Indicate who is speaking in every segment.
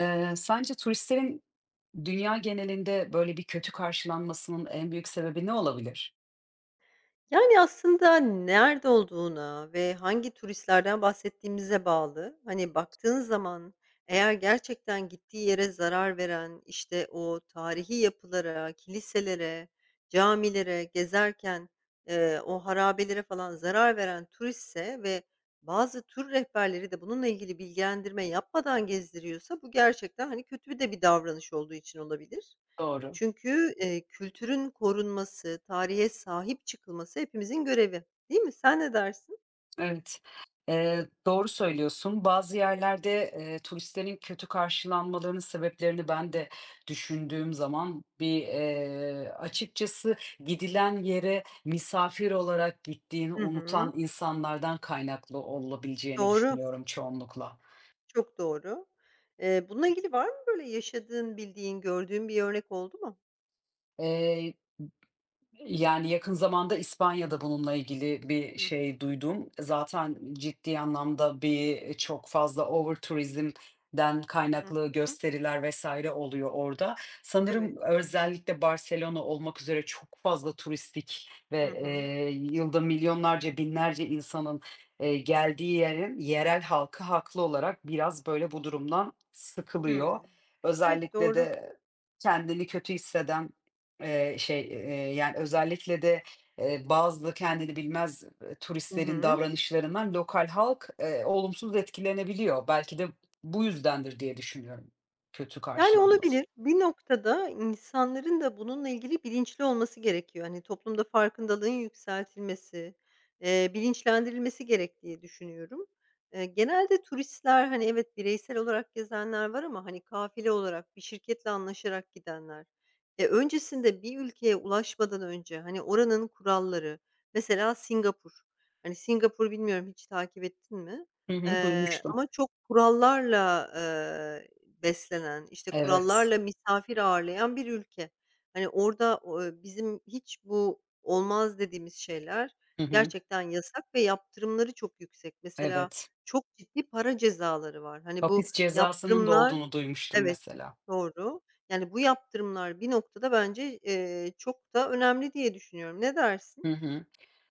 Speaker 1: Sence turistlerin dünya genelinde böyle bir kötü karşılanmasının en büyük sebebi ne olabilir?
Speaker 2: Yani, aslında nerede olduğuna ve hangi turistlerden bahsettiğimize bağlı. Hani, baktığın zaman eğer gerçekten gittiği yere zarar veren, işte, o tarihi yapılara, kiliselere, camilere gezerken, o harabelere falan zarar veren turistse ve bazı tur rehberleri de bununla ilgili bilgilendirme yapmadan gezdiriyorsa bu gerçekten, hani, kötü de bir davranış olduğu için olabilir.
Speaker 1: Doğru.
Speaker 2: Çünkü, kültürün korunması, tarihe sahip çıkılması hepimizin görevi, değil mi? Sen ne dersin?
Speaker 1: Evet, doğru söylüyorsun. Bazı yerlerde, turistlerin kötü karşılanmalarının sebeplerini ben de düşündüğüm zaman açıkçası gidilen yere misafir olarak gittiğini
Speaker 2: Hı hı.
Speaker 1: unutan insanlardan kaynaklı olabileceğini
Speaker 2: Doğru,
Speaker 1: düşünüyorum çoğunlukla.
Speaker 2: çok doğru. Bununla ilgili var mı böyle yaşadığın, bildiğin, gördüğün bir örnek oldu mu?
Speaker 1: Eee Yani, yakın zamanda İspanya'da bununla ilgili bir
Speaker 2: Hı hı.
Speaker 1: şey duydum. Zaten ciddi anlamda çok fazla over turizmden
Speaker 2: Hı.
Speaker 1: kaynaklı gösteriler vesaire oluyor orada. Sanırım
Speaker 2: Evet.
Speaker 1: özellikle Barcelona olmak üzere çok fazla turistik
Speaker 2: Hı
Speaker 1: ve,
Speaker 2: hı.
Speaker 1: yılda milyonlarca, binlerce insanın, geldiği yerin yerel halkı haklı olarak biraz, böyle, bu durumdan sıkılıyor.
Speaker 2: Hımm. Evet,
Speaker 1: Özellikle
Speaker 2: doğru.
Speaker 1: de kendini kötü hisseden yani, özellikle de, bazı kendini bilmez,
Speaker 2: Hı
Speaker 1: turistlerin
Speaker 2: hı.
Speaker 1: davranışlarından lokal halk, olumsuz etkilenebiliyor. Belki de bu yüzdendir diye düşünüyorum, kötü
Speaker 2: Yani,
Speaker 1: karşılanması.
Speaker 2: olabilir. Bir noktada insanların da bununla ilgili bilinçli olması gerekiyor. Hani, toplumda farkındalığın yükseltilmesi, bilinçlendirilmesi gerek diye düşünüyorum. Genelde turistler, hani, evet, bireysel olarak gezenler var ama, hani, kafile olarak bir şirketle anlaşarak gidenler. E, öncesinde bir ülkeye ulaşmadan önce, hani, oranın kuralları, mesela Singapur. Hani, Singapur bilmiyorum hiç takip ettin mi?
Speaker 1: Hı hı, duymuştum.
Speaker 2: Ama çok kurallarla, beslenen, işte,
Speaker 1: Evet.
Speaker 2: kurallarla misafir ağırlayan bir ülke. Hani, orada, bizim hiç bu olmaz dediğimiz şeyler
Speaker 1: Hı hı,
Speaker 2: gerçekten yasak ve yaptırımları çok yüksek. Mesela
Speaker 1: evet.
Speaker 2: çok ciddi para cezaları var. Hani, bu
Speaker 1: Hapis cezasının da
Speaker 2: yaptırımlar.
Speaker 1: olduğunu duymuştum
Speaker 2: Evet,
Speaker 1: mesela.
Speaker 2: doğru. Yani, bu yaptırımlar bir noktada bence, çok da önemli diye düşünüyorum. Ne dersin?
Speaker 1: Hı hı.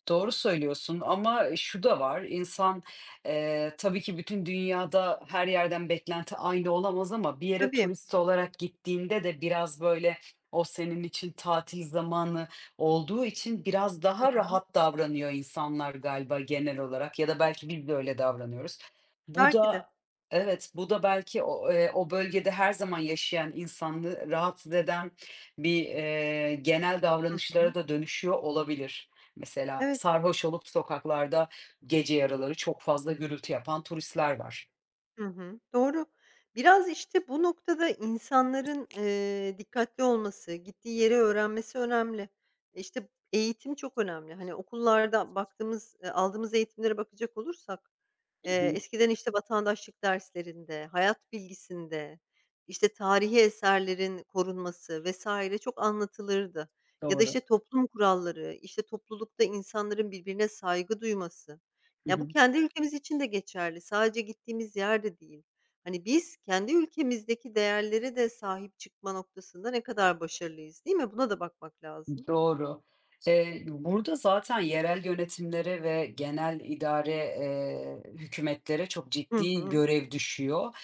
Speaker 1: Doğru söylüyorsun ama şu da var, insan, tabii ki bütün dünyada her yerden beklenti aynı olamaz ama bir yere
Speaker 2: Tabii.
Speaker 1: turist olarak gittiğinde de biraz, böyle, o senin için tatil zamanı olduğu için biraz
Speaker 2: Hı
Speaker 1: daha
Speaker 2: hı.
Speaker 1: rahat davranıyor insanlar galiba genel olarak ya da belki biz de öyle davranıyoruz. Bu
Speaker 2: Belki de.
Speaker 1: da Evet, bu da belki o, o bölgede her zaman yaşayan insanı rahatsız eden genel
Speaker 2: Hı hı.
Speaker 1: davranışlara da dönüşüyor olabilir. Mesela
Speaker 2: Evet.
Speaker 1: sarhoş olup sokaklarda gece yaraları çok fazla gürültü yapan turistler var.
Speaker 2: Hı hı. Doğru. Biraz, işte, bu noktada insanların, dikkatli olması, gittiği yeri öğrenmesi önemli. İşte, eğitim çok önemli. Hani, okullarda baktığımız, aldığımız eğitimlere bakacak olursak,
Speaker 1: Hı hı.
Speaker 2: eskiden, işte, vatandaşlık derslerinde, hayat bilgisinde, işte, tarihi eserlerin korunması vesaire çok anlatılırdı ya da,
Speaker 1: Doğru.
Speaker 2: işte, toplum kuralları, işte, toplulukta insanların birbirine saygı duyması.
Speaker 1: Hı
Speaker 2: Ya, bu
Speaker 1: hı.
Speaker 2: kendi ülkemiz için de geçerli. Sadece gittiğimiz yerde değil. Hani, biz kendi ülkemizdeki değerlere de sahip çıkma noktasında ne kadar başarılıyız, değil mi? Buna da bakmak lazım.
Speaker 1: Doğru. Burada zaten yerel yönetimlere ve genel idare, hükümetlere çok
Speaker 2: Hı
Speaker 1: ciddi
Speaker 2: hı.
Speaker 1: görev düşüyor.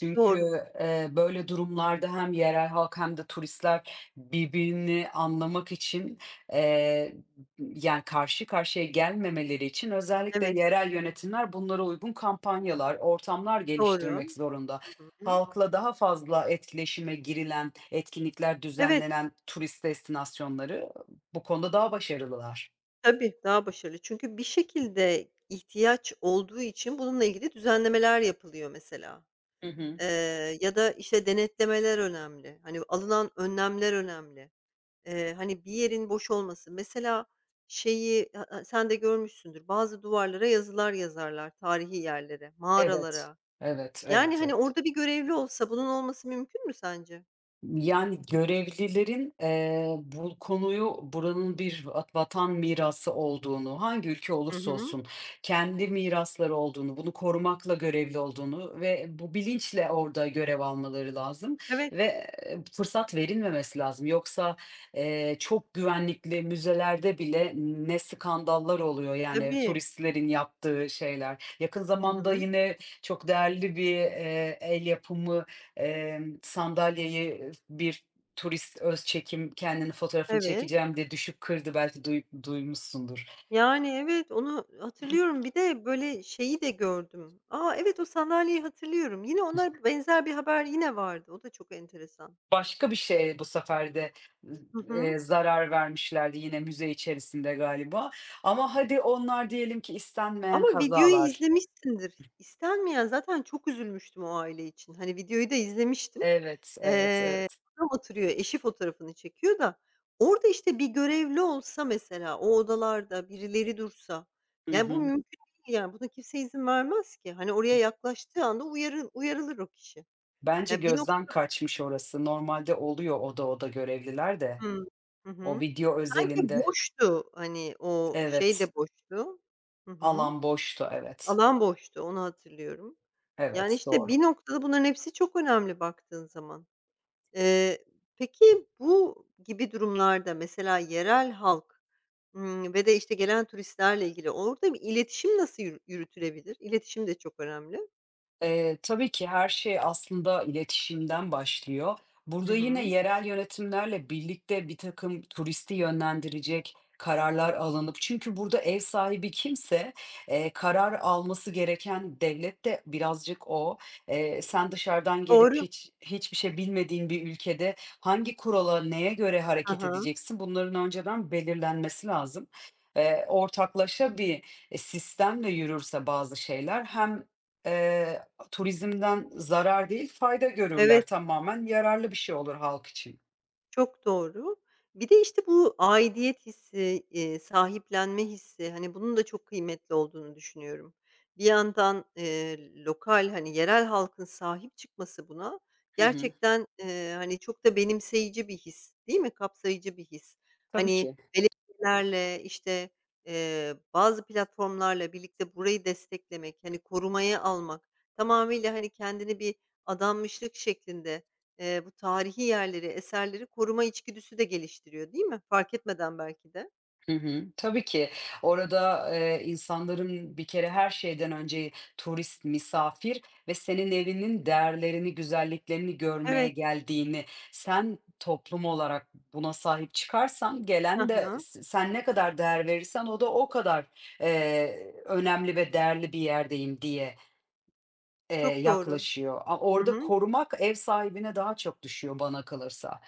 Speaker 1: Çünkü,
Speaker 2: Doğru.
Speaker 1: böyle durumlarda hem yerel halk hem de turistler birbirini anlamak için, eee, yani, karşı karşıya gelmemeleri için özellikle
Speaker 2: Evet,
Speaker 1: yerel yönetimler bunlara uygun kampanyalar, ortamlar
Speaker 2: doğru.
Speaker 1: geliştirmek zorunda
Speaker 2: Hı hı.
Speaker 1: halkla daha fazla etkileşime girilen, etkinlikler
Speaker 2: Evet,
Speaker 1: düzenlenen turist destinasyonları bu konuda daha başarılılar.
Speaker 2: tabii, daha başarılı. Çünkü bir şekilde ihtiyaç olduğu için bununla ilgili düzenlemeler yapılıyor mesela.
Speaker 1: Hı hı.
Speaker 2: Ya da, işte, denetlemeler önemli. Hani, alınan önlemler önemli. Hani, bir yerin boş olması mesela şeyi, ha ha sen de görmüşsündür, bazı duvarlara yazılar yazarlar tarihi yerlere,
Speaker 1: Evet.
Speaker 2: mağaralara.
Speaker 1: Evet,
Speaker 2: Yani,
Speaker 1: evet,
Speaker 2: hani,
Speaker 1: evet.
Speaker 2: orada bir görevli olsa bunun olması mümkün mü sence?
Speaker 1: Yani, görevlilerin, bu konuyu buranın bir vatan mirası olduğunu, hangi ülke
Speaker 2: Hı
Speaker 1: olursa
Speaker 2: hı.
Speaker 1: olsun kendi mirasları olduğunu, bunu korumakla görevli olduğunu ve bu bilinçle orada görev almaları lazım
Speaker 2: Evet,
Speaker 1: ve, fırsat verilmemesi lazım. Yoksa, çok güvenlikli müzelerde bile ne skandallar oluyor, yani,
Speaker 2: tabii.
Speaker 1: turistlerin yaptığı şeyler. Yakın
Speaker 2: Hı
Speaker 1: zamanda
Speaker 2: hı.
Speaker 1: yine çok değerli bir, el yapımı sandalyeyi bir turist öz çekim kendini fotoğrafını
Speaker 2: Evet.
Speaker 1: çekeceğim diye düşüp kırdı, belki duymuşsundur.
Speaker 2: Yani, evet, onu hatırlıyorum. Bir de, böyle, şeyi de gördüm. A, evet, o sandalyeyi hatırlıyorum. Yine ona benzer bir haber yine vardı. O da çok enteresan.
Speaker 1: Başka bir şeye bu sefer de,
Speaker 2: Hı hı.
Speaker 1: zarar vermişlerdi yine müze içerisinde galiba ama hadi onlar diyelim ki istenmeyen
Speaker 2: Ama videoyu
Speaker 1: kazalar.
Speaker 2: izlemişsindir. İstenmeyen zaten çok üzülmüştüm o aile için. Hani, videoyu da izlemiştim.
Speaker 1: Evet, evet,
Speaker 2: Eee,
Speaker 1: evet.
Speaker 2: adam oturuyor, eşi fotoğrafını çekiyor da orada, işte, bir görevli olsa mesela, o odalarda birileri dursa,
Speaker 1: Hı
Speaker 2: yani, bu
Speaker 1: hı.
Speaker 2: mümkün değil, yani, buna kimse izin vermez ki. Hani, oraya yaklaştığı anda uyarı uyarılır o kişi.
Speaker 1: Bence
Speaker 2: Yani bir nok
Speaker 1: gözden kaçmış orası. Normalde oluyor oda görevliler de.
Speaker 2: Hı
Speaker 1: O
Speaker 2: hı.
Speaker 1: video
Speaker 2: Sanki
Speaker 1: özelinde.
Speaker 2: boştu, hani, o şey
Speaker 1: Evet,
Speaker 2: de boştu. Hı hı.
Speaker 1: alan boştu. Evet,
Speaker 2: Alan boştu, onu hatırlıyorum. Yani,
Speaker 1: evet,
Speaker 2: işte,
Speaker 1: doğru.
Speaker 2: bir noktada bunların hepsi çok önemli baktığın zaman. Eee, peki bu gibi durumlarda mesela yerel halk, ve de, işte, gelen turistlerle ilgili orada bir iletişim nasıl yürütülebilir? İletişim de çok önemli.
Speaker 1: Tabii ki her şey aslında iletişimden başlıyor.
Speaker 2: Hı
Speaker 1: Burada yine
Speaker 2: hı.
Speaker 1: yerel yönetimlerle birlikte bir takım turisti yönlendirecek kararlar alınıp çünkü burada ev sahibi kimse, karar alması gereken devlet de birazcık o. Sen dışarıdan gelip
Speaker 2: Doğru.
Speaker 1: hiçbir şey bilmediğin bir ülkede hangi kurala, neye göre
Speaker 2: Hı
Speaker 1: hareket
Speaker 2: hı.
Speaker 1: edeceksin, bunların önceden belirlenmesi lazım. Ortaklaşa sistemle yürürse bazı şeyler hem, eee Turizmden zarar değil, fayda görürler.
Speaker 2: Evet.
Speaker 1: Tamamen yararlı bir şey olur halk için.
Speaker 2: Çok doğru. Bir de, işte, bu aidiyet hissi, sahiplenme hissi, hani, bunun da çok kıymetli olduğunu düşünüyorum. Bir yandan, lokal, hani, yerel halkın sahip çıkması buna
Speaker 1: Hı hı.
Speaker 2: gerçekten, hani, çok da benimseyici bir his, değil mi? Kapsayıcı bir his.
Speaker 1: Tabii
Speaker 2: Hani,
Speaker 1: ki.
Speaker 2: belediyelerle, işte, bazı platformlarla birlikte burayı desteklemek, hani, korumaya almak, tamamıyla, hani, kendini bir adanmışlık şeklinde. Bu tarihi yerleri, eserleri koruma içgüdüsü de geliştiriyor, değil mi? Fark etmeden belki de.
Speaker 1: Hı hı. Tabii ki orada, insanların bir kere her şeyden önce turist, misafir ve senin evinin değerlerini, güzelliklerini görmeye
Speaker 2: Evet.
Speaker 1: geldiğini, sen toplum olarak buna sahip çıkarsan
Speaker 2: Hı
Speaker 1: gelen de
Speaker 2: hı.
Speaker 1: sen ne kadar değer verirsen o da o kadar, önemli ve değerli bir yerdeyim diye
Speaker 2: Çok doğru.
Speaker 1: yaklaşıyor. A
Speaker 2: Hı
Speaker 1: orada
Speaker 2: hı.
Speaker 1: korumak ev sahibine daha çok düşüyor bana kalırsa.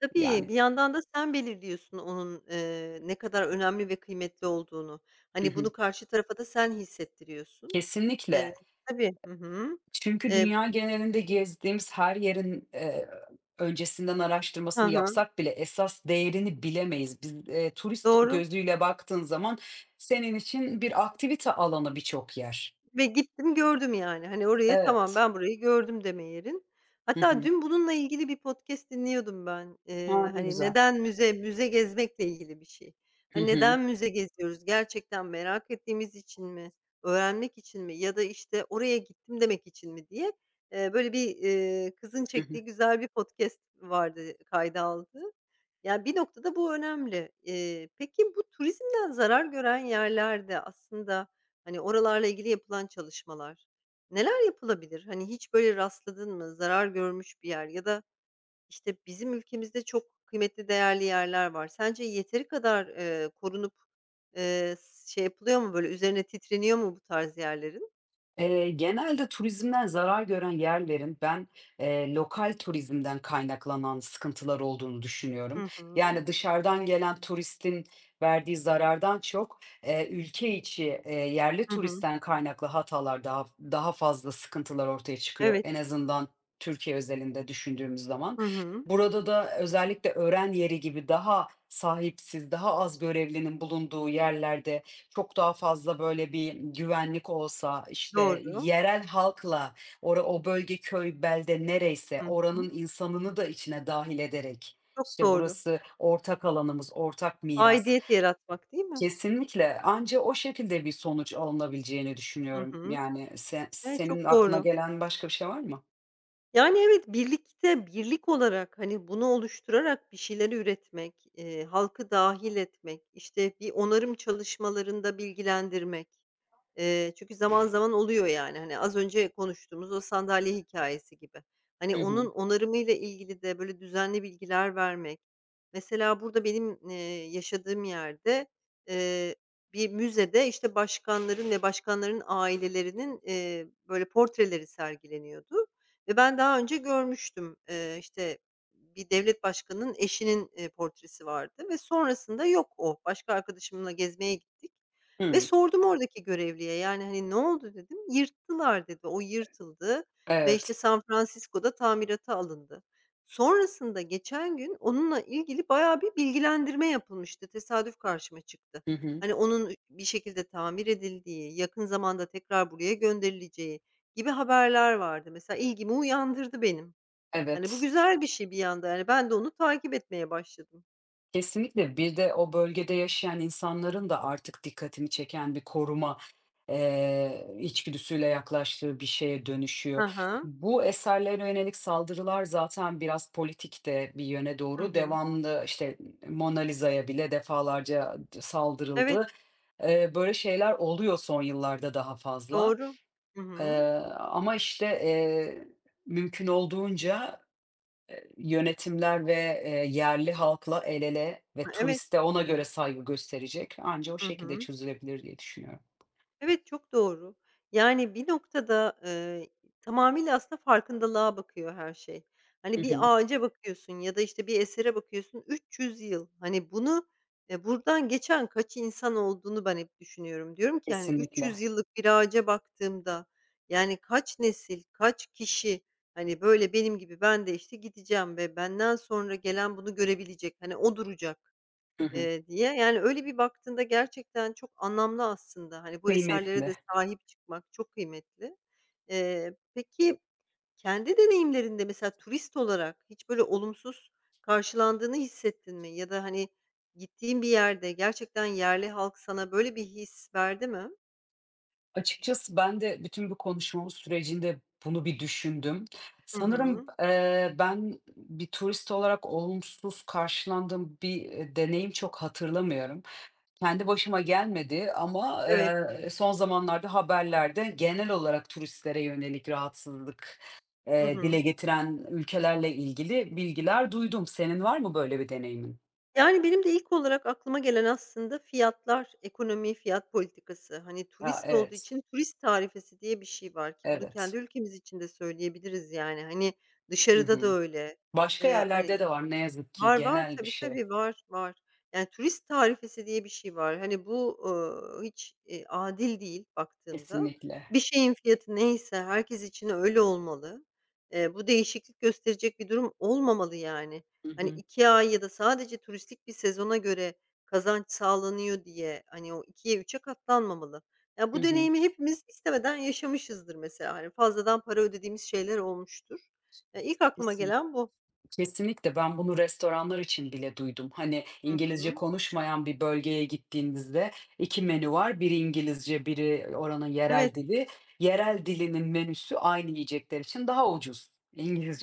Speaker 2: Tabii,
Speaker 1: Yani
Speaker 2: bir yandan da sen belirliyorsun onun, ne kadar önemli ve kıymetli olduğunu.
Speaker 1: Hı
Speaker 2: Hani,
Speaker 1: hı.
Speaker 2: bunu karşı tarafa da sen hissettiriyorsun. Eee
Speaker 1: Kesinlikle.
Speaker 2: Tabii. Hı hı.
Speaker 1: Çünkü
Speaker 2: Eee
Speaker 1: dünya genelinde gezdiğimiz her yerin, öncesinden
Speaker 2: Hı
Speaker 1: araştırmasını
Speaker 2: hı.
Speaker 1: yapsak bile esas değerini bilemeyiz. Biz, turist
Speaker 2: Doğru.
Speaker 1: gözüyle baktığın zaman senin için bir aktivite alanı birçok yer.
Speaker 2: Ve gittim gördüm yani. Hani orayı tamam
Speaker 1: Evet.
Speaker 2: ben burayı gördüm deme yerin.
Speaker 1: Hı
Speaker 2: Hatta
Speaker 1: hı.
Speaker 2: dün bununla ilgili bir podcast dinliyordum ben.
Speaker 1: A, ne
Speaker 2: Hani
Speaker 1: güzel.
Speaker 2: neden müze müze gezmekle ilgili bir şey.
Speaker 1: Hı
Speaker 2: Hani
Speaker 1: hı.
Speaker 2: neden müze geziyoruz? Gerçekten merak ettiğimiz için mi? Öğrenmek için mi? Ya da işte oraya gittim demek için mi diye. Kızın
Speaker 1: Hı hı.
Speaker 2: çektiği güzel bir podcast vardı kayda aldı yani bir noktada bu önemli. Peki bu turizmden zarar gören yerlerde aslında. Hani, oralarla ilgili yapılan çalışmalar. Neler yapılabilir? Hani, hiç böyle rastladın mı? Zarar görmüş bir yer ya da, işte, bizim ülkemizde çok kıymetli, değerli yerler var. Sence yeteri kadar, korunup, eee, şey yapılıyor mu, böyle, üzerine titreniyor mu bu tarz yerlerin?
Speaker 1: Genelde turizmden zarar gören yerlerin ben, lokal turizmden kaynaklanan sıkıntılar olduğunu düşünüyorum.
Speaker 2: Hı hı.
Speaker 1: Yani dışarıdan gelen turistin verdiği zarardan çok, ülke içi, yerli
Speaker 2: Hı hı.
Speaker 1: turistten kaynaklı hatalar daha fazla sıkıntılar ortaya çıkıyor.
Speaker 2: Evet.
Speaker 1: En azından Türkiye özelinde düşündüğümüz zaman.
Speaker 2: Hı hı.
Speaker 1: Burada da özellikle öğren yeri gibi daha sahipsiz, daha az görevlinin bulunduğu yerlerde çok daha fazla böyle bir güvenlik olsa, işte
Speaker 2: Doğru.
Speaker 1: yerel halkla ora o bölge, köy, belde nereyse
Speaker 2: Hı hı.
Speaker 1: oranın insanını da içine dâhil ederek,
Speaker 2: Çok
Speaker 1: işte
Speaker 2: doğru.
Speaker 1: burası ortak alanımız, ortak miras.
Speaker 2: Aidiyet yaratmak, değil mi?
Speaker 1: Kesinlikle anca o şekilde bir sonuç alınabileceğini
Speaker 2: Hı
Speaker 1: düşünüyorum.
Speaker 2: hı.
Speaker 1: Yani
Speaker 2: Evet,
Speaker 1: senin
Speaker 2: çok
Speaker 1: aklına
Speaker 2: doğru.
Speaker 1: gelen başka bir şey var mı?
Speaker 2: Yani, evet, birlikte, birlik olarak, hani, bunu oluşturarak bir şeyleri üretmek, halkı dahil etmek, işte, bir onarım çalışmalarında bilgilendirmek. Çünkü zaman zaman oluyor, yani, hani, az önce konuştuğumuz o sandalye hikayesi gibi. Hani,
Speaker 1: Hı
Speaker 2: onun
Speaker 1: hı.
Speaker 2: onarımıyla ilgili de böyle düzenli bilgiler vermek. Mesela burada benim, yaşadığım yerde, eee, bir müzede, işte, başkanların ve başkanların ailelerinin, böyle portreleri sergileniyordu. Ve ben daha önce görmüştüm. İşte, bir devlet başkanının eşinin, portresi vardı ve sonrasında yok o. Başka arkadaşımla gezmeye gittik ve
Speaker 1: Hıı.
Speaker 2: sordum oradaki görevliye, yani, hani, "Ne oldu?" dedim. "Yırttılar." dedi. O yırtıldı ve,
Speaker 1: Evet.
Speaker 2: işte, San Francisco'da tamirata alındı. Sonrasında geçen gün onunla ilgili bayağı bir bilgilendirme yapılmıştı. Tesadüf karşıma çıktı.
Speaker 1: Hı hı.
Speaker 2: Hani, onun bir şekilde tamir edildiği, yakın zamanda tekrar buraya gönderileceği gibi haberler vardı. Mesela ilgimi uyandırdı benim. Hani, bu
Speaker 1: Evet.
Speaker 2: güzel bir şey bir yanda, yani, ben de onu takip etmeye başladım.
Speaker 1: Kesinlikle. Bir de o bölgede yaşayan insanların da artık dikkatini çeken bir koruma, içgüdüsüyle yaklaştığı bir şeye
Speaker 2: Hı
Speaker 1: dönüşüyor.
Speaker 2: hı.
Speaker 1: Bu eserlere yönelik saldırılar zaten biraz politik de bir yöne
Speaker 2: Hı
Speaker 1: doğru
Speaker 2: hı.
Speaker 1: devamlı, işte, Mona Lisa'ya bile defalarca
Speaker 2: Evet,
Speaker 1: saldırıldı. Böyle şeyler oluyor son yıllarda daha fazla.
Speaker 2: doğru. Hı hı.
Speaker 1: Eee, ama, işte, eee, mümkün olduğunca Yönetimler ve, yerli halkla el ele ve
Speaker 2: Ha, evet.
Speaker 1: turiste ona göre saygı gösterecek. Anca o
Speaker 2: Hı
Speaker 1: şekilde
Speaker 2: hı.
Speaker 1: çözülebilir diye düşünüyorum.
Speaker 2: Evet, çok doğru. Yani bir noktada, tamamıyla aslında farkındalığa bakıyor her şey. Hani,
Speaker 1: Hı
Speaker 2: bir
Speaker 1: hı.
Speaker 2: ağaca bakıyorsun ya da, işte, bir esere bakıyorsun, 300 yıl. Hani, bunu, buradan geçen kaç insan olduğunu ben hep düşünüyorum. Diyorum ki, hani,
Speaker 1: Kesinlikle.
Speaker 2: 300 yıllık bir ağaca baktığımda, yani, kaç nesil, kaç kişi, hani, böyle benim gibi ben de, işte, gideceğim ve benden sonra gelen bunu görebilecek, hani, o duracak.
Speaker 1: Hı hı.
Speaker 2: Diye, yani, öyle bir baktığında gerçekten çok anlamlı aslında. Hani, bu eserlere
Speaker 1: Kıymetli.
Speaker 2: de sahip çıkmak çok kıymetli. Peki kendi deneyimlerinde mesela turist olarak hiç böyle olumsuz karşılandığını hissettin mi? Ya da, hani, gittiğin bir yerde gerçekten yerli halk sana böyle bir his verdi mi?
Speaker 1: Açıkçası ben de bütün bu konuşmamız sürecinde bunu bir düşündüm.
Speaker 2: Hı
Speaker 1: Sanırım,
Speaker 2: hı.
Speaker 1: ben bir turist olarak olumsuz karşılandığım bir, deneyim çok hatırlamıyorum. Kendi başıma gelmedi ama,
Speaker 2: Evet.
Speaker 1: son zamanlarda haberlerde genel olarak turistlere yönelik rahatsızlık,
Speaker 2: Hı
Speaker 1: dile
Speaker 2: hı.
Speaker 1: getiren ülkelerle ilgili bilgiler duydum. Senin var mı böyle bir deneyimin?
Speaker 2: Yani, benim de ilk olarak aklıma gelen aslında fiyatlar, ekonomi, fiyat politikası. Hani,
Speaker 1: Ya,
Speaker 2: turist olduğu
Speaker 1: evet,
Speaker 2: için turist tarifesi diye bir şey var ki bunu
Speaker 1: evet.
Speaker 2: kendi ülkemiz için de söyleyebiliriz, yani. Hani,
Speaker 1: Hı
Speaker 2: dışarıda da
Speaker 1: hı.
Speaker 2: öyle.
Speaker 1: Başka
Speaker 2: Eee, hani
Speaker 1: yerlerde de var ne yazık ki
Speaker 2: Var, var.
Speaker 1: genel bir
Speaker 2: Tabii,
Speaker 1: şey.
Speaker 2: tabii. Var, var. Yani, turist tarifesi diye bir şey var. Hani, bu, hiç, adil değil baktığında.
Speaker 1: Kesinlikle.
Speaker 2: Bir şeyin fiyatı neyse herkes için öyle olmalı. Bu değişiklik gösterecek bir durum olmamalı, yani.
Speaker 1: Hı
Speaker 2: Hani,
Speaker 1: hı.
Speaker 2: 2 ay ya da sadece turistik bir sezona göre kazanç sağlanıyor diye, hani, o ikiye üçe katlanmamalı. Ya,
Speaker 1: Hı
Speaker 2: bu
Speaker 1: hı.
Speaker 2: deneyimi hepimiz istemeden yaşamışızdır mesela. Hani, fazladan para ödediğimiz şeyler olmuştur. Ya, ilk aklıma
Speaker 1: Kesin
Speaker 2: gelen bu.
Speaker 1: Kesinlikle ben bunu restoranlar için bile duydum. Hani,
Speaker 2: Hı
Speaker 1: İngilizce
Speaker 2: hı.
Speaker 1: konuşmayan bir bölgeye gittiğinizde 2 menü var. Biri İngilizce, biri oranın
Speaker 2: Evet.
Speaker 1: yerel dili. Yerel dilinin menüsü aynı yiyecekler için daha ucuz.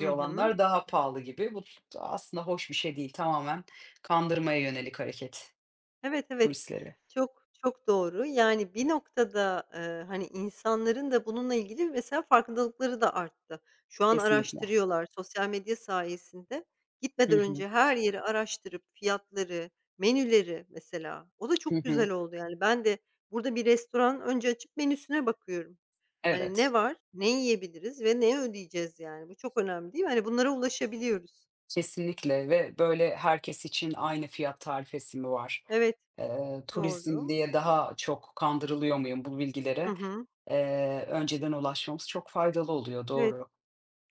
Speaker 2: Hı hı.
Speaker 1: olanlar daha pahalı gibi. Bu aslında hoş bir şey değil. Tamamen kandırmaya yönelik hareket
Speaker 2: Evet, evet.
Speaker 1: turistleri.
Speaker 2: Çok, çok doğru. Yani bir noktada, hani, insanların da bununla ilgili mesela farkındalıkları da arttı. Şu an
Speaker 1: Kesinlikle.
Speaker 2: araştırıyorlar sosyal medya sayesinde.
Speaker 1: Hı
Speaker 2: Gitmeden
Speaker 1: hı.
Speaker 2: önce her yeri araştırıp fiyatları, menüleri mesela o da
Speaker 1: Hı
Speaker 2: çok
Speaker 1: hı.
Speaker 2: güzel oldu yani. Ben de burada bir restoran önce açıp menüsüne bakıyorum. Hani,
Speaker 1: Evet.
Speaker 2: ne var, ne yiyebiliriz ve ne ödeyeceğiz yani? Bu çok önemli değil mi? Hani, bunlara ulaşabiliyoruz.
Speaker 1: Kesinlikle ve böyle herkes için aynı fiyat tarifesi mi var?
Speaker 2: Evet,
Speaker 1: Turizm
Speaker 2: doğru.
Speaker 1: diye daha çok kandırılıyor muyum bu
Speaker 2: Hı
Speaker 1: bilgilere?
Speaker 2: hı.
Speaker 1: Önceden ulaşmamız çok faydalı oluyor.
Speaker 2: Evet.
Speaker 1: Doğru.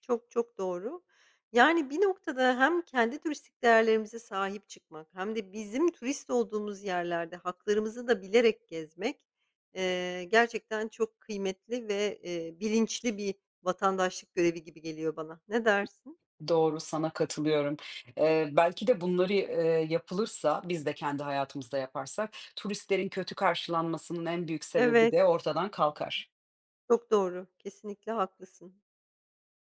Speaker 2: Çok, çok doğru. Yani, bir noktada hem kendi turistik değerlerimize sahip çıkmak hem de bizim turist olduğumuz yerlerde haklarımızı da bilerek gezmek, gerçekten çok kıymetli ve, bilinçli bir vatandaşlık görevi gibi geliyor bana. Ne dersin?
Speaker 1: Doğru, sana katılıyorum. Belki de bunları, yapılırsa, biz de kendi hayatımızda yaparsak turistlerin kötü karşılanmasının en büyük sebebi
Speaker 2: Evet,
Speaker 1: de ortadan kalkar.
Speaker 2: çok doğru. Kesinlikle haklısın.